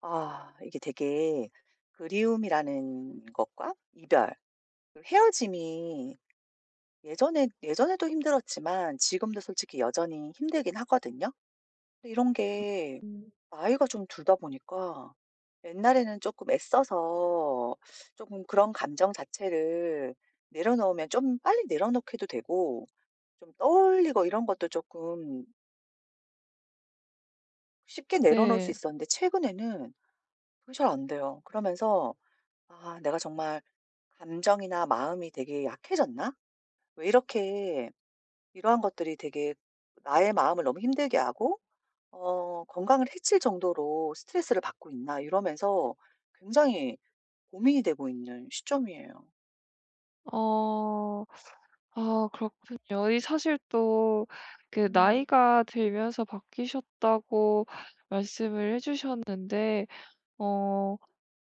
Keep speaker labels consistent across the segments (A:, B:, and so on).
A: 아 이게 되게 그리움이라는 것과 이별, 그 헤어짐이 예전에도 힘들었지만 지금도 솔직히 여전히 힘들긴 하거든요. 근데 이런 게
B: 음.
A: 나이가 좀 들다 보니까 옛날에는 조금 애써서 조금 그런 감정 자체를 내려놓으면 좀 빨리 내려놓게도 되고 좀 떠올리고 이런 것도 조금 쉽게 내려놓을 수
B: 네.
A: 있었는데 최근에는 그게 잘 안 돼요. 그러면서 '아 내가 정말 감정이나 마음이 되게 약해졌나? 왜 이렇게 이러한 것들이 되게 나의 마음을 너무 힘들게 하고 건강을 해칠 정도로 스트레스를 받고 있나?' 이러면서 굉장히 고민이 되고 있는 시점이에요.
B: 어. 아, 그렇군요. 이 사실 또 그
A: 음.
B: 나이가 들면서 바뀌셨다고 말씀을 해 주셨는데, 어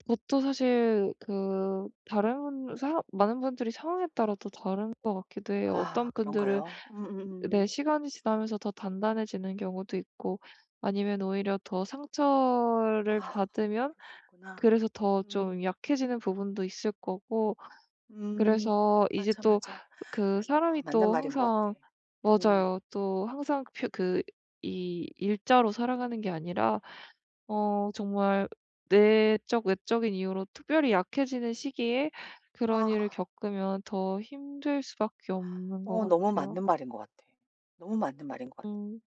B: 그것도 사실 그 다른 분- 사 많은 분들이 상황에 따라 또 다른 것 같기도 해요.
A: 아
B: 어떤 분들은
A: 그런가요?
B: 내 시간이 지나면서 더 단단해지는 경우도 있고, 아니면 오히려 더 상처를
A: 아
B: 받으면
A: 그럴 수 있구나.
B: 그래서 더
A: 음.
B: 좀 약해지는 부분도 있을 거고,
A: 음.
B: 그래서 이제
A: 맞아,
B: 또
A: 맞아.
B: 그
A: 아
B: 사람이
A: 맞는
B: 또
A: 말인 것 같아.
B: 항상,
A: 음.
B: 맞아요, 또 항상 표 그 이 일자로 살아가는 게 아니라 정말 내적, 외적인 이유로 특별히 약해지는 시기에 그런 일을
A: 아.
B: 겪으면 더 힘들 수밖에 없는
A: 어
B: 것
A: 너무
B: 같아요.
A: 맞는 말인 것 같아. 너무 맞는 말인 것 같아.
B: 음.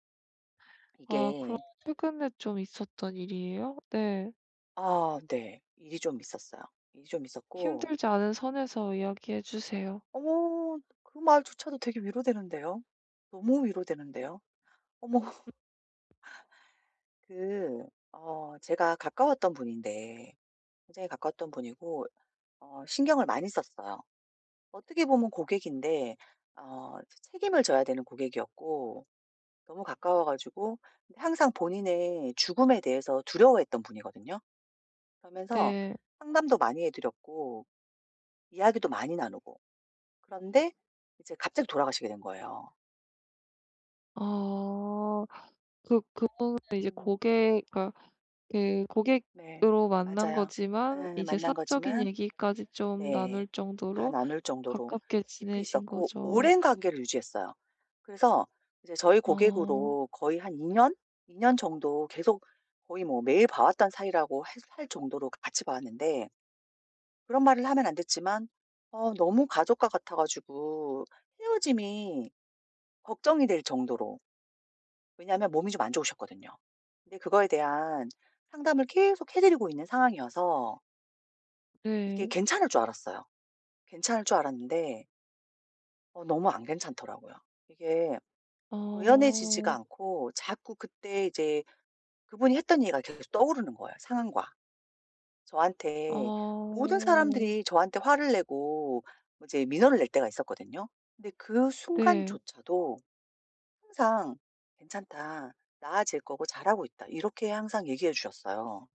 B: 아,
A: 이게
B: 그럼 최근에 좀 있었던 일이에요? 네.
A: 아 네. 일이 좀 있었어요. 일이 좀 있었고
B: 힘들지 않은 선에서 이야기해 주세요.
A: 어머, 그 말조차도 되게 위로되는데요. 너무 위로되는데요. 어머 그 어 제가 가까웠던 분인데 굉장히 가까웠던 분이고 신경을 많이 썼어요. 어떻게 보면 고객인데 어 책임을 져야 되는 고객이었고 너무 가까워 가지고 근데 항상 본인의 죽음에 대해서 두려워했던 분이거든요. 그러면서
B: 네.
A: 상담도 많이 해 드렸고 이야기도 많이 나누고 그런데 이제 갑자기 돌아가시게 된 거예요.
B: 아. 그 그분은 이제
A: 음.
B: 고객 그러니까 그
A: 네.
B: 고객으로 만난
A: 맞아요.
B: 거지만
A: 예.
B: 이제
A: 만난
B: 사적인
A: 거지만
B: 얘기까지 좀
A: 네.
B: 나눌
A: 다
B: 정도로
A: 나눌 정도로
B: 가깝게
A: 깊이
B: 지내신
A: 있었고
B: 거죠.
A: 오랜 관계를 유지했어요. 그래서 이제 저희
B: 아
A: 고객으로 거의 한 2 년? 2년 정도 계속 거의 뭐 매일 봐 왔던 사이라고 할 정도로 같이 봐 왔는데 그런 말을 하면 안 됐지만 어 너무 가족과 같아 가지고 헤어짐이 걱정이 될 정도로. 왜냐하면 몸이 좀 안 좋으셨거든요. 근데 그거에 대한 상담을 계속 해 드리고 있는 상황이어서 이게
B: 네.
A: 괜찮을 줄 알았어요. 괜찮을 줄 알았는데 어 너무 안 괜찮더라고요. 이게
B: 아.
A: 의연해지지가 않고 자꾸 그때 이제 그분이 했던 얘기가 계속 떠오르는 거예요, 상황과.
B: 아.
A: 저한테 모든 사람들이 저한테 화를 내고 이제 민원을 낼 때가 있었거든요. 근데 그
B: 네.
A: 순간조차도 항상 "괜찮다. 나아질 거고 잘하고 있다." 이렇게 항상 얘기해 주셨어요.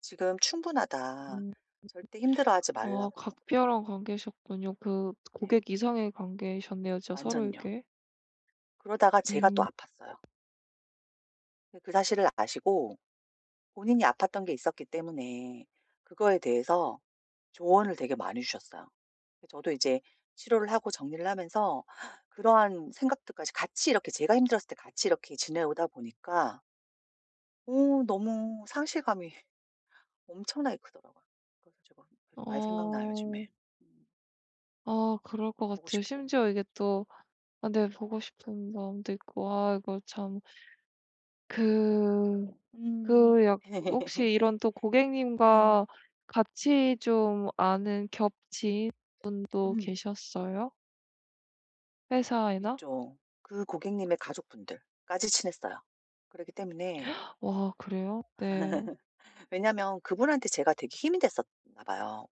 A: 지금 충분하다.
B: 음.
A: 절대 힘들어하지
B: 아,
A: 말라고.
B: 각별한 관계셨군요. 그
A: 네.
B: 고객 이상의 관계셨네요, 진짜
A: 완전요.
B: 서로에게.
A: 그러다가 제가 또
B: 음.
A: 아팠어요. 근데 그 사실을 아시고 본인이 아팠던 게 있었기 때문에 그거에 대해서 조언을 되게 많이 주셨어요. 저도 이제 치료를 하고 정리를 하면서 그러한 생각들까지 같이 이렇게 제가 힘들었을 때 같이 이렇게 지내오다 보니까 오 너무 상실감이 엄청나게 크더라고요. 그래서 제가 계속 많이 생각나요,
B: 어.
A: 요즘에. 음.
B: 아,
A: 음.
B: 그럴 것
A: 보고
B: 같아요.
A: 싶고.
B: 심지어 이게 또. 아, 네, 보고 싶은 마음도 있고. 아, 이거 참, 그
A: 음.
B: 그 약 혹시 이런 또
A: 예.
B: 고객님과 같이 좀 아는 겹친도
A: 음.
B: 계셨어요? 회사에나?
A: 있죠. 그 고객님의 가족분들까지 친했어요. 그러기 때문에
B: 와, 그래요? 네.
A: 왜냐면 그분한테 제가 되게 힘이 됐었나 봐요.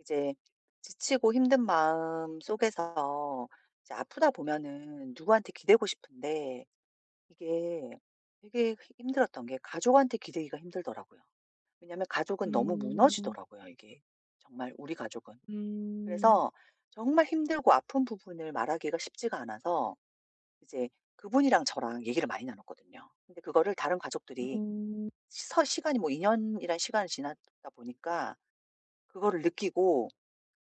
A: 이제 지치고 힘든 마음 속에서 이제 아프다 보면은 누구한테 기대고 싶은데 이게 되게 힘들었던 게 가족한테 기대기가 힘들더라고요. 왜냐면 가족은 너무
B: 음.
A: 무너지더라고요, 이게. 정말 우리 가족은.
B: 음.
A: 그래서 정말 힘들고 아픈 부분을 말하기가 쉽지가 않아서 이제 그분이랑 저랑 얘기를 많이 나눴거든요. 근데 그거를 다른 가족들이
B: 음.
A: 서 시간이 뭐 2 년이란 시간이 지났다 보니까 그거를 느끼고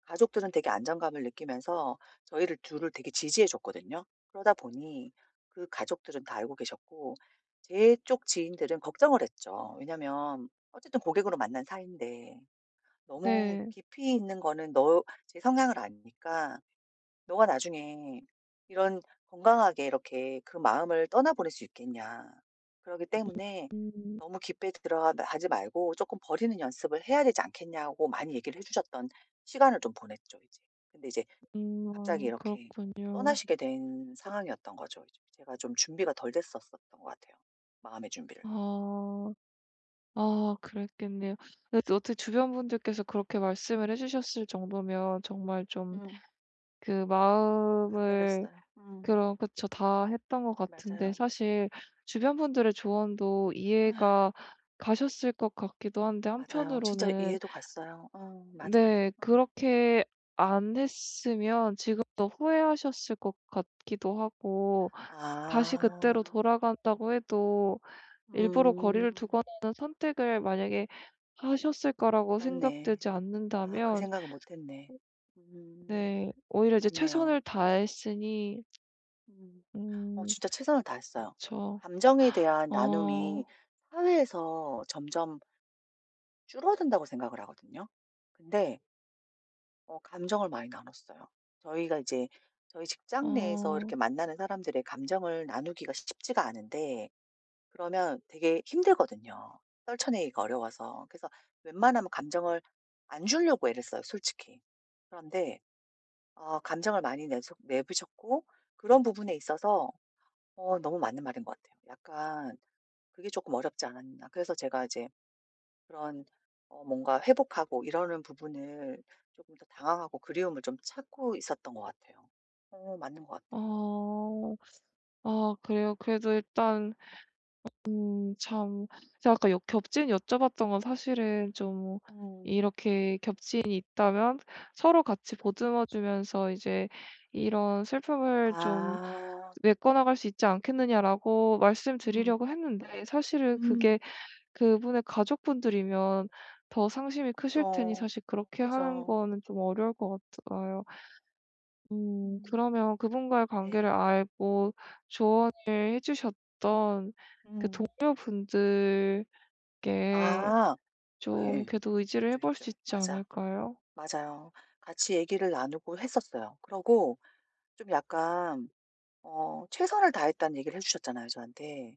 A: 가족들은 되게 안정감을 느끼면서 저희를 둘을 되게 지지해 줬거든요. 그러다 보니 그 가족들은 다 알고 계셨고 제 쪽 지인들은 걱정을 했죠. 왜냐면 어쨌든 고객으로 만난 사이인데 너무
B: 네.
A: 깊이 있는 거는 너 제 성향을 아니까 "너가 나중에 이런 건강하게 이렇게 그 마음을 떠나보낼 수 있겠냐. 그러기 때문에
B: 음.
A: 너무 깊이 들어가 하지 말고 조금 버리는 연습을 해야 되지 않겠냐."고 많이 얘기를 해 주셨던 시간을 좀 보냈죠 이제. 근데 이제
B: 음.
A: 갑자기
B: 아,
A: 이렇게
B: 그렇군요.
A: 떠나시게 된 상황이었던 거죠. 이제 제가 좀 준비가 덜 됐었었던 것 같아요, 마음의 준비를.
B: 아. 아, 그랬겠네요. 근데 또 어떻게 주변 분들께서 그렇게 말씀을 해 주셨을 정도면 정말 좀
A: 음.
B: 그 마음을.
A: 각별했어요. 음.
B: 그럼, 그쵸. 다 했던 것 같은데
A: 맞아요.
B: 사실. 주변 분들의 조언도
A: 아휴,
B: 이해가 가셨을 것 같기도 한데,
A: 맞아요. 진짜
B: 한편으로는
A: 이해도 갔어요. 맞아요.
B: 네,
A: 음.
B: 그렇게 안 했으면 지금 더 후회하셨을 것 같기도 하고, 다시
A: 아.
B: 그때로 돌아간다고 해도 일부러 거리를
A: 음.
B: 두거나 하는 선택을 만약에 하셨을 거라고
A: 그렇네.
B: 생각되지
A: 아 그
B: 않는다면.
A: 생각을 못 했네. 음.
B: 네, 오히려 이제
A: 맞네요.
B: 최선을 다했으니.
A: 음. 어
B: 음.
A: 진짜 최선을 다했어요.
B: 그쵸.
A: 감정에 대한 나눔이
B: 어.
A: 사회에서 점점 줄어든다고 생각을 하거든요. 근데 감정을 많이 나눴어요. 저희가 이제 저희 직장 내에서
B: 어.
A: 이렇게 만나는 사람들의 감정을 나누기가 쉽지가 않은데 그러면 되게 힘들거든요, 떨쳐내기가 어려워서. 그래서 웬만하면 감정을 안 주려고 애를 써요, 솔직히. 그런데 감정을 많이 내서 내부셨고 그런 부분에 있어서 어 너무 맞는 말인 것 같아요. 약간 그게 조금 어렵지 않았나. 그래서 제가 이제 그런 어 뭔가 회복하고 이러는 부분을 조금 더 당황하고 그리움을 좀 찾고 있었던 것 같아요. 어 맞는 것 같아요.
B: 어. 아, 그래요? 그래도 일단 참, 제가 아까 여 겹친 여쭤봤던 건 사실은 좀,
A: 음.
B: 이렇게 겹친이 있다면 서로 같이 보듬어 주면서 이제 이런 슬픔을 좀
A: 아.
B: 메꿔나갈 수 있지 않겠느냐라고
A: 음.
B: 말씀드리려고 했는데, 사실은
A: 음.
B: 그게 그분의 가족분들이면 더 상심이 크실 테니
A: 그죠.
B: 사실 그렇게 하는
A: 그죠.
B: 거는 좀 어려울 것 같아요.
A: 음.
B: 그러면 그분과의
A: 네.
B: 관계를 알고 조언을 해 주셨던 그
A: 음.
B: 동료분들께
A: 아.
B: 좀
A: 예예.
B: 그래도 의지를 해
A: 있죠,
B: 볼
A: 있죠.
B: 수 있지
A: 맞아.
B: 않을까요?
A: 맞아요. 같이 얘기를 나누고 했었어요. 그러고 좀 약간 어 최선을 다했다는 얘기를 해 주셨잖아요, 저한테.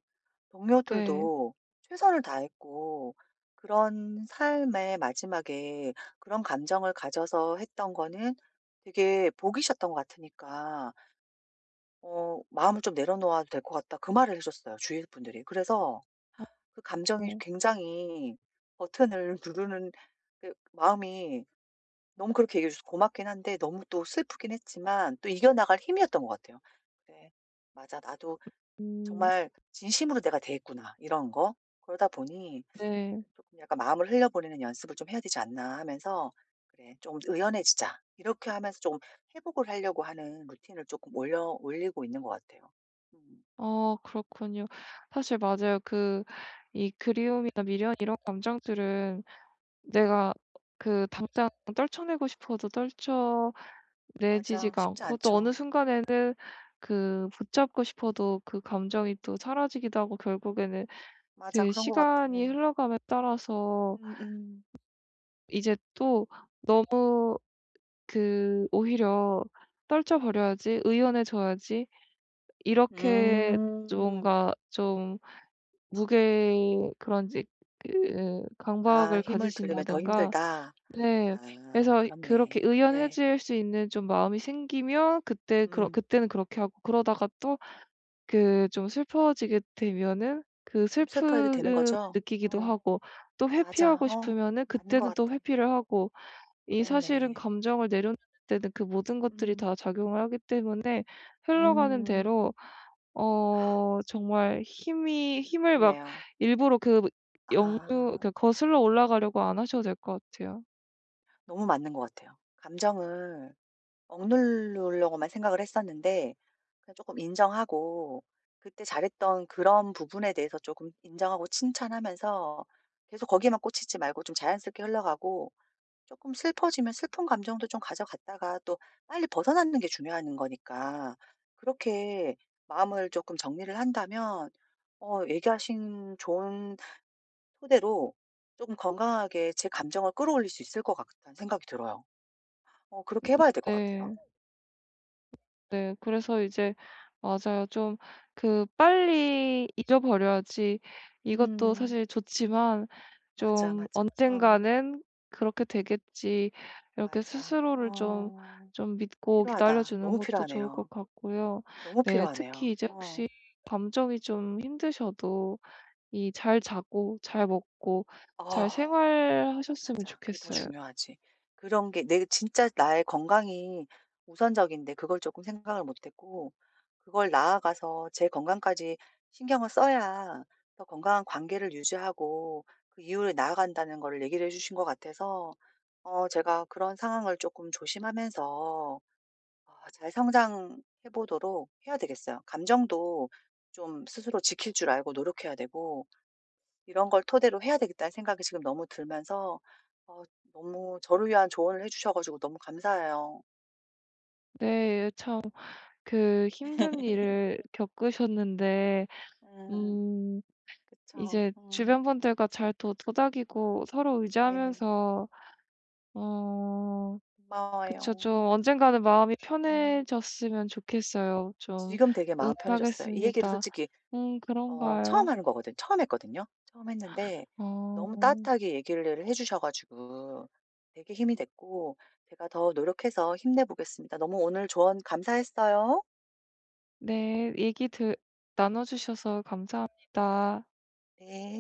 B: 네.
A: 동료들도 최선을 다했고 그런 삶의 마지막에 그런 감정을 가져서 했던 거는 되게 복이셨던 것 같으니까 어 "마음을 좀 내려놓아도 될 것 같다." 그 말을 해 줬어요, 주위 분들이. 그래서
B: 어,
A: 그 감정이 굉장히 버튼을 누르는 그 마음이 너무 그렇게 얘기해 주셔서 고맙긴 한데 너무 또 슬프긴 했지만 또 이겨나갈 힘이었던 것 같아요. '그래. 맞아. 나도
B: 음,
A: 정말 진심으로 내가 대했구나.' 이런 거. 그러다 보니
B: 네.
A: 조금 약간 '마음을 흘려보내는 연습을 좀 해야 되지 않나.' 하면서 '그래. 좀 의연해지자.' 이렇게 하면서 좀 회복을 하려고 하는 루틴을 조금 올려 올리고 있는 것 같아요. 음.
B: 아, 그렇군요. 사실 맞아요. 이 그리움이나 미련 이런 감정들은, 내가 그 당장 떨쳐내고 싶어도 떨쳐
A: 맞아.
B: 내지지가
A: 쉽지
B: 않고, 또 어느
A: 않죠.
B: 순간에는 그 붙잡고 싶어도 그 감정이 또 사라지기도 하고, 결국에는
A: 맞아.
B: 그
A: 그런 것 같아.
B: 시간이 흘러감에 따라서
A: 음음.
B: 이제 또 너무 그 오히려 떨쳐버려야지, 의연해져야지, 이렇게
A: 음.
B: 뭔가 좀 무게 그런지, 그
A: 아
B: 강박을
A: 힘을 들리면 더
B: 가지신다든가.
A: 힘들다.
B: 네.
A: 아
B: 그래서 그렇게
A: 그렇네. 네.
B: 의연해질 수 있는 좀 마음이 생기면, 그때 그러
A: 음.
B: 그때는 그렇게 하고, 그러다가 또 좀 슬퍼지게 되면은 그
A: 좀 슬퍼해도 되는
B: 슬픔을
A: 거죠?
B: 느끼기도
A: 어
B: 하고, 또
A: 맞아.
B: 회피하고
A: 어
B: 싶으면은
A: 맞는 것
B: 그때는 또
A: 같아.
B: 회피를 하고. 이 사실은
A: 그렇네.
B: 감정을 내려놓는 때는 그 모든 것들이
A: 음.
B: 다 작용을 하기 때문에, 흘러가는
A: 음.
B: 대로
A: 아
B: 정말 힘이 힘을 막
A: 그렇네요.
B: 일부러 그 역류
A: 아
B: 그 거슬러 올라가려고 안 하셔도 될 것 같아요.
A: 너무 맞는 것 같아요. 감정을 억누르려고만 생각을 했었는데 그냥 조금 인정하고 그때 잘했던 그런 부분에 대해서 조금 인정하고 칭찬하면서 계속 거기에만 꽂히지 말고 좀 자연스럽게 흘러가고 조금 슬퍼지면 슬픈 감정도 좀 가져갔다가 또 빨리 벗어나는 게 중요한 거니까 그렇게 마음을 조금 정리를 한다면 어 얘기하신 좋은 토대로 조금 건강하게 제 감정을 끌어올릴 수 있을 것 같다는 생각이 들어요. 어 그렇게 해 봐야 될 것 같아요.
B: 네. 네. 그래서 이제 맞아요. 좀 빨리 잊어버려야지, 이것도
A: 음.
B: 사실 좋지만,
A: 맞아,
B: 좀
A: 맞아. 어
B: '언젠가는 그렇게 되겠지.' 이렇게
A: 맞아.
B: 스스로를 좀
A: 어
B: 좀 믿고 기다려
A: 필요하다.
B: 주는
A: 너무
B: 것도 좋을 것
A: 필요하네요.
B: 같고요.
A: 너무
B: 네. 특히
A: 필요하네요.
B: 이제
A: 어.
B: 혹시 감정이 좀 힘드셔도 이 잘 자고, 잘 먹고, 잘
A: 어.
B: 생활하셨으면
A: 맞아. 그게 더
B: 좋겠어요.
A: 중요하지. 그런 게 내 진짜 나의 건강이 우선적인데 그걸 조금 생각을 못 했고 그걸 나아가서 제 건강까지 신경을 써야 더 건강한 관계를 유지하고 그 이후로 나아간다는 거를 얘기를 해 주신 것 같아서 어 제가 그런 상황을 조금 조심하면서 어 잘 성장해 보도록 해야 되겠어요. 감정도 좀 스스로 지킬 줄 알고 노력해야 되고 '이런 걸 토대로 해야 되겠다.'는 생각이 지금 너무 들면서 어 너무 저를 위한 조언을 해 주셔 가지고 너무 감사해요.
B: 네. 참, 그 힘든 일을 겪으셨는데
A: 음.
B: 음
A: 그쵸.
B: 이제
A: 음.
B: 주변 분들과 잘 도 도닥이고 서로
A: 네.
B: 의지하면서. 어, 그쵸. 좀
A: 고마워요.
B: 언젠가는 마음이
A: 음. 음.
B: 편해졌으면 좋겠어요. 좀
A: 지금 되게 마음 편해졌어요. 이 얘기를
B: 응원하겠습니다.
A: 솔직히 어 처음
B: 그런가요?
A: 하는 거거든 처음 했거든요. 처음 했는데 너무
B: 어.
A: 따뜻하게 얘기를 해 주셔 가지고 되게 힘이 됐고 제가 더 노력해서 힘내 보겠습니다. 너무 오늘 조언 감사했어요.
B: 네. 얘기 들 나눠 주셔서 감사합니다.
A: 네.